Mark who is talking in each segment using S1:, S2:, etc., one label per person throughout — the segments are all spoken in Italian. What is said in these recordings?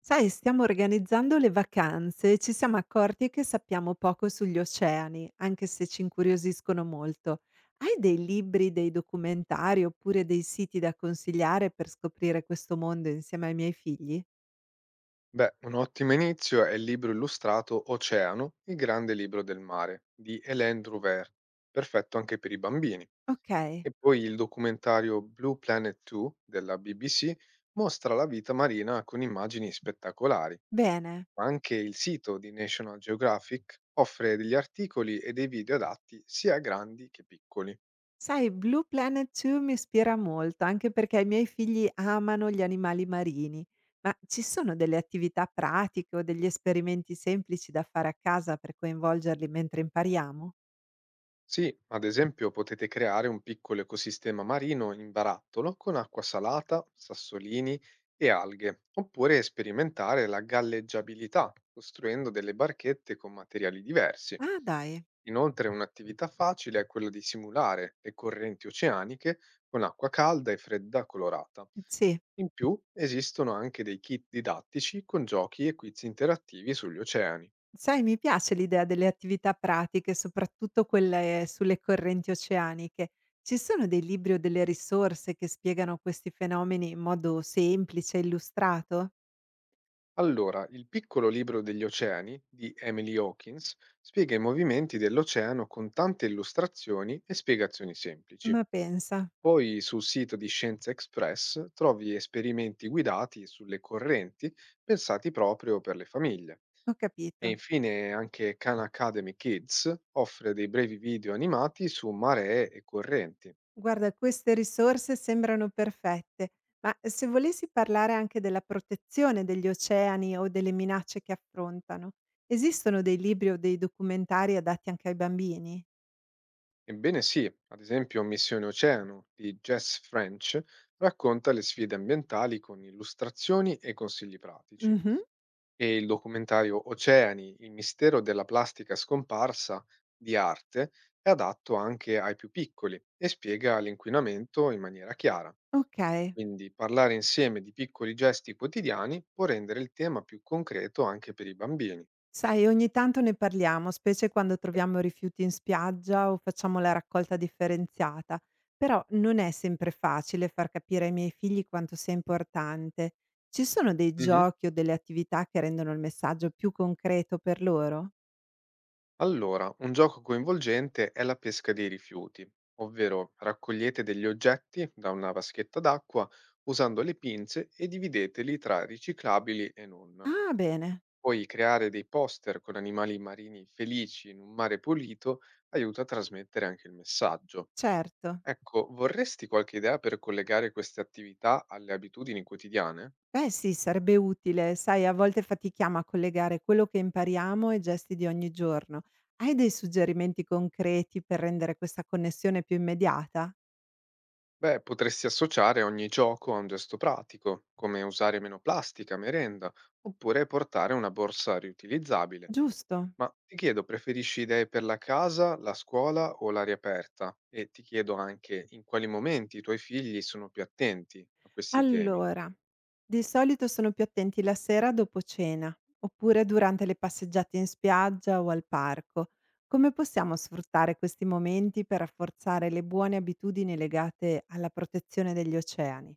S1: Sai, stiamo organizzando le vacanze e ci siamo accorti che sappiamo poco sugli oceani, anche se ci incuriosiscono molto. Hai dei libri, dei documentari oppure dei siti da consigliare per scoprire questo mondo insieme ai miei figli?
S2: Beh, un ottimo inizio è il libro illustrato Oceano, il grande libro del mare di Hélène Drouvert, perfetto anche per i bambini.
S1: Ok,
S2: E poi il documentario Blue Planet 2 della BBC mostra la vita marina con immagini spettacolari,
S1: bene.
S2: ma anche il sito di National Geographic offre degli articoli e dei video adatti sia a grandi che piccoli.
S1: Sai, Blue Planet 2 mi ispira molto, anche perché i miei figli amano gli animali marini. Ma ci sono delle attività pratiche o degli esperimenti semplici da fare a casa per coinvolgerli mentre impariamo?
S2: Sì, ad esempio potete creare un piccolo ecosistema marino in barattolo con acqua salata, sassolini e alghe, oppure sperimentare la galleggiabilità costruendo delle barchette con materiali diversi.
S1: Ah, dai.
S2: Inoltre un'attività facile è quella di simulare le correnti oceaniche con acqua calda e fredda colorata.
S1: Sì,
S2: In più esistono anche dei kit didattici con giochi e quiz interattivi sugli oceani.
S1: sai, mi piace l'idea delle attività pratiche, soprattutto quelle sulle correnti oceaniche. Ci sono dei libri o delle risorse che spiegano questi fenomeni in modo semplice e illustrato?
S2: Allora, il piccolo libro degli oceani di Emily Hawkins spiega i movimenti dell'oceano con tante illustrazioni e spiegazioni semplici.
S1: Ma pensa,
S2: Poi sul sito di Scienza Express trovi esperimenti guidati sulle correnti pensati proprio per le famiglie.
S1: ho
S2: E
S1: capito.
S2: infine anche Khan Academy Kids offre dei brevi video animati su maree e correnti.
S1: Guarda, queste risorse sembrano perfette, ma se volessi parlare anche della protezione degli oceani o delle minacce che affrontano, esistono dei libri o dei documentari adatti anche ai bambini?
S2: Ebbene sì, ad esempio Missione Oceano di Jess French racconta le sfide ambientali con illustrazioni e consigli pratici
S1: Mhm,
S2: e il documentario Oceani, il mistero della plastica scomparsa di arte è adatto anche ai più piccoli e spiega l'inquinamento in maniera chiara.
S1: ok.
S2: Quindi parlare insieme di piccoli gesti quotidiani può rendere il tema più concreto anche per i bambini.
S1: Sai, ogni tanto ne parliamo, specie quando troviamo rifiuti in spiaggia o facciamo la raccolta differenziata, però non è sempre facile far capire ai miei figli quanto sia importante. Ci sono dei
S2: Mhm.
S1: giochi o delle attività che rendono il messaggio più concreto per loro?
S2: Allora, un gioco coinvolgente è la pesca dei rifiuti, ovvero raccogliete degli oggetti da una vaschetta d'acqua usando le pinze e divideteli tra riciclabili e non.
S1: Ah, bene,
S2: Poi creare dei poster con animali marini felici in un mare pulito aiuta a trasmettere anche il messaggio.
S1: certo.
S2: Ecco, vorresti qualche idea per collegare queste attività alle abitudini quotidiane?
S1: Beh sì, sarebbe utile, sai, a volte fatichiamo a collegare quello che impariamo ai gesti di ogni giorno. Hai dei suggerimenti concreti per rendere questa connessione più immediata?
S2: Beh, potresti associare ogni gioco a un gesto pratico, come usare meno plastica, a merenda, oppure portare una borsa riutilizzabile.
S1: Giusto?
S2: Ma ti chiedo, preferisci idee per la casa, la scuola o l'aria aperta? E ti chiedo anche in quali momenti i tuoi figli sono più attenti a questi temi.
S1: Allora, di solito sono più attenti la sera dopo cena, oppure durante le passeggiate in spiaggia o al parco. Come possiamo sfruttare questi momenti per rafforzare le buone abitudini legate alla protezione degli oceani?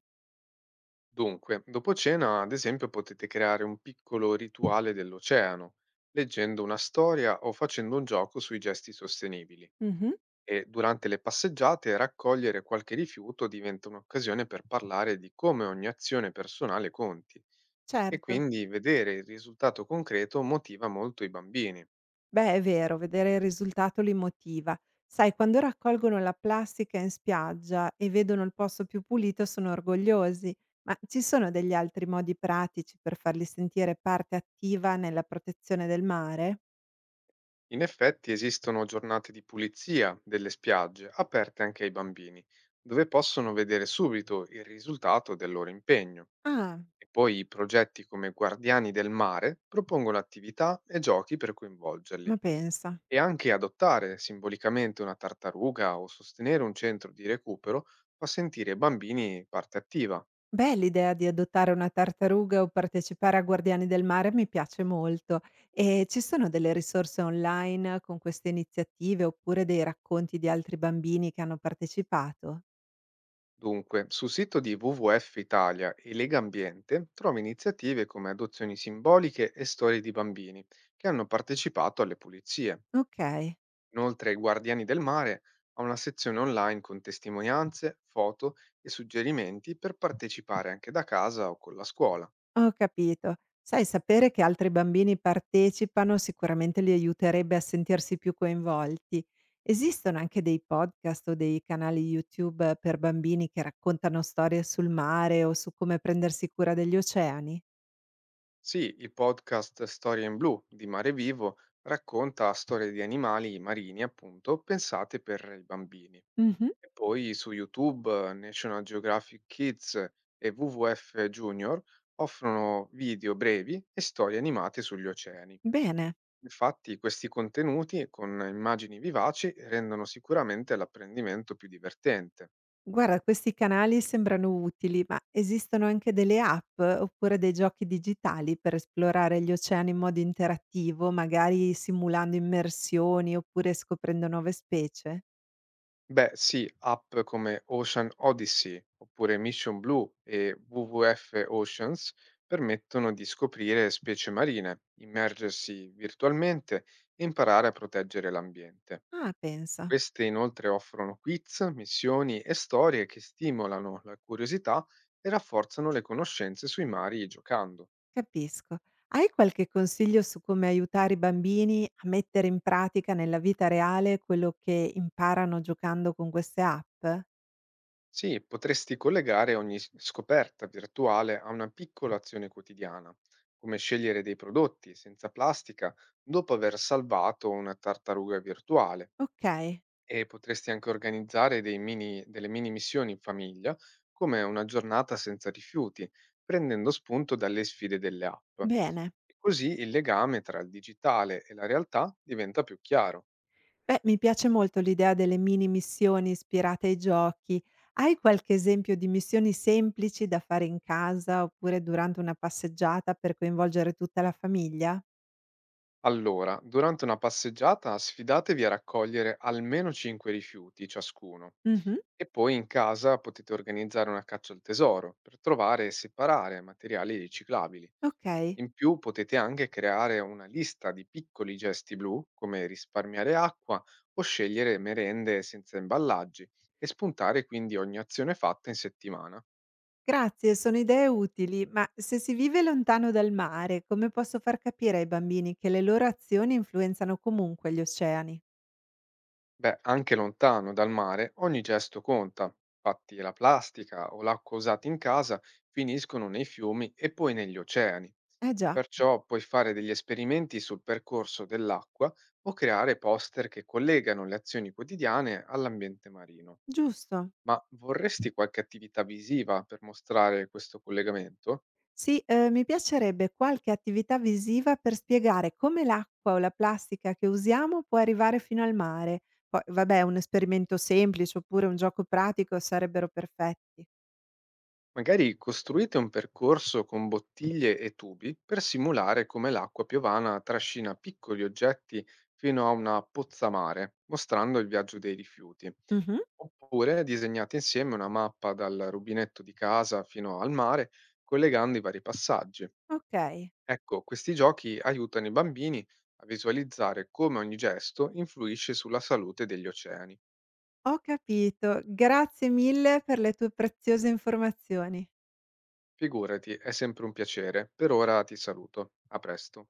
S2: Dunque, dopo cena, ad esempio, potete creare un piccolo rituale dell'oceano, leggendo una storia o facendo un gioco sui gesti sostenibili.
S1: Mhm,
S2: E durante le passeggiate raccogliere qualche rifiuto diventa un'occasione per parlare di come ogni azione personale conti e
S1: certo.
S2: quindi vedere il risultato concreto motiva molto i bambini.
S1: Beh, è vero, vedere il risultato li motiva. Sai, quando raccolgono la plastica in spiaggia e vedono il posto più pulito sono orgogliosi, ma ci sono degli altri modi pratici per farli sentire parte attiva nella protezione del mare?
S2: In effetti esistono giornate di pulizia delle spiagge aperte anche ai bambini, dove possono vedere subito il risultato del loro impegno.
S1: Ah,
S2: E poi i progetti come Guardiani del Mare propongono attività e giochi per coinvolgerli.
S1: ma pensa.
S2: E anche adottare simbolicamente una tartaruga o sostenere un centro di recupero fa sentire i bambini parte attiva.
S1: Beh, l'idea di adottare una tartaruga o partecipare a Guardiani del Mare mi piace molto. E ci sono delle risorse online con queste iniziative oppure dei racconti di altri bambini che hanno partecipato?
S2: Dunque, sul sito di WWF Italia e Lega Ambiente trovi iniziative come adozioni simboliche e storie di bambini che hanno partecipato alle pulizie.
S1: Ok.
S2: Inoltre, Guardiani del Mare ha una sezione online con testimonianze, foto e suggerimenti per partecipare anche da casa o con la scuola.
S1: Ho capito. Sai, sapere che altri bambini partecipano sicuramente li aiuterebbe a sentirsi più coinvolti. Esistono anche dei podcast o dei canali YouTube per bambini che raccontano storie sul mare o su come prendersi cura degli oceani?
S2: Sì, il podcast Storie in Blu di Mare Vivo racconta storie di animali marini, appunto, pensate per i bambini. E
S1: Mhm.
S2: poi su YouTube National Geographic Kids e WWF Junior offrono video brevi e storie animate sugli oceani.
S1: Bene.
S2: Infatti, questi contenuti con immagini vivaci rendono sicuramente l'apprendimento più divertente.
S1: Guarda, questi canali sembrano utili, ma esistono anche delle app oppure dei giochi digitali per esplorare gli oceani in modo interattivo, magari simulando immersioni oppure scoprendo nuove specie?
S2: Beh, sì, app come Ocean Odyssey oppure Mission Blue e WWF Oceans permettono di scoprire specie marine, immergersi virtualmente e imparare a proteggere l'ambiente.
S1: Ah, pensa,
S2: Queste inoltre offrono quiz, missioni e storie che stimolano la curiosità e rafforzano le conoscenze sui mari giocando.
S1: capisco. Hai qualche consiglio su come aiutare i bambini a mettere in pratica nella vita reale quello che imparano giocando con queste app?
S2: Sì, potresti collegare ogni scoperta virtuale a una piccola azione quotidiana, come scegliere dei prodotti senza plastica dopo aver salvato una tartaruga virtuale.
S1: Ok,
S2: E potresti anche organizzare delle mini missioni in famiglia, come una giornata senza rifiuti, prendendo spunto dalle sfide delle app.
S1: bene.
S2: E così il legame tra il digitale e la realtà diventa più chiaro.
S1: Beh, mi piace molto l'idea delle mini missioni ispirate ai giochi. Hai qualche esempio di missioni semplici da fare in casa oppure durante una passeggiata per coinvolgere tutta la famiglia?
S2: Allora, durante una passeggiata sfidatevi a raccogliere almeno 5 rifiuti ciascuno
S1: Mhm,
S2: e poi in casa potete organizzare una caccia al tesoro per trovare e separare materiali riciclabili.
S1: ok.
S2: In più potete anche creare una lista di piccoli gesti blu, come risparmiare acqua o scegliere merende senza imballaggi e spuntare quindi ogni azione fatta in settimana.
S1: Grazie, sono idee utili, ma se si vive lontano dal mare, come posso far capire ai bambini che le loro azioni influenzano comunque gli oceani?
S2: Beh, anche lontano dal mare, ogni gesto conta. Infatti la plastica o l'acqua usata in casa finiscono nei fiumi e poi negli oceani.
S1: Eh già,
S2: Perciò puoi fare degli esperimenti sul percorso dell'acqua o creare poster che collegano le azioni quotidiane all'ambiente marino.
S1: giusto.
S2: Ma vorresti qualche attività visiva per mostrare questo collegamento?
S1: Sì, mi piacerebbe qualche attività visiva per spiegare come l'acqua o la plastica che usiamo può arrivare fino al mare. Poi, vabbè, un esperimento semplice oppure un gioco pratico sarebbero perfetti.
S2: Magari costruite un percorso con bottiglie e tubi per simulare come l'acqua piovana trascina piccoli oggetti fino a una pozzamare, mostrando il viaggio dei rifiuti.
S1: Mhm,
S2: Oppure disegnate insieme una mappa dal rubinetto di casa fino al mare, collegando i vari passaggi.
S1: ok,
S2: Ecco, questi giochi aiutano i bambini a visualizzare come ogni gesto influisce sulla salute degli oceani.
S1: ho capito. Grazie mille per le tue preziose informazioni.
S2: Figurati, è sempre un piacere. Per ora ti saluto. A presto.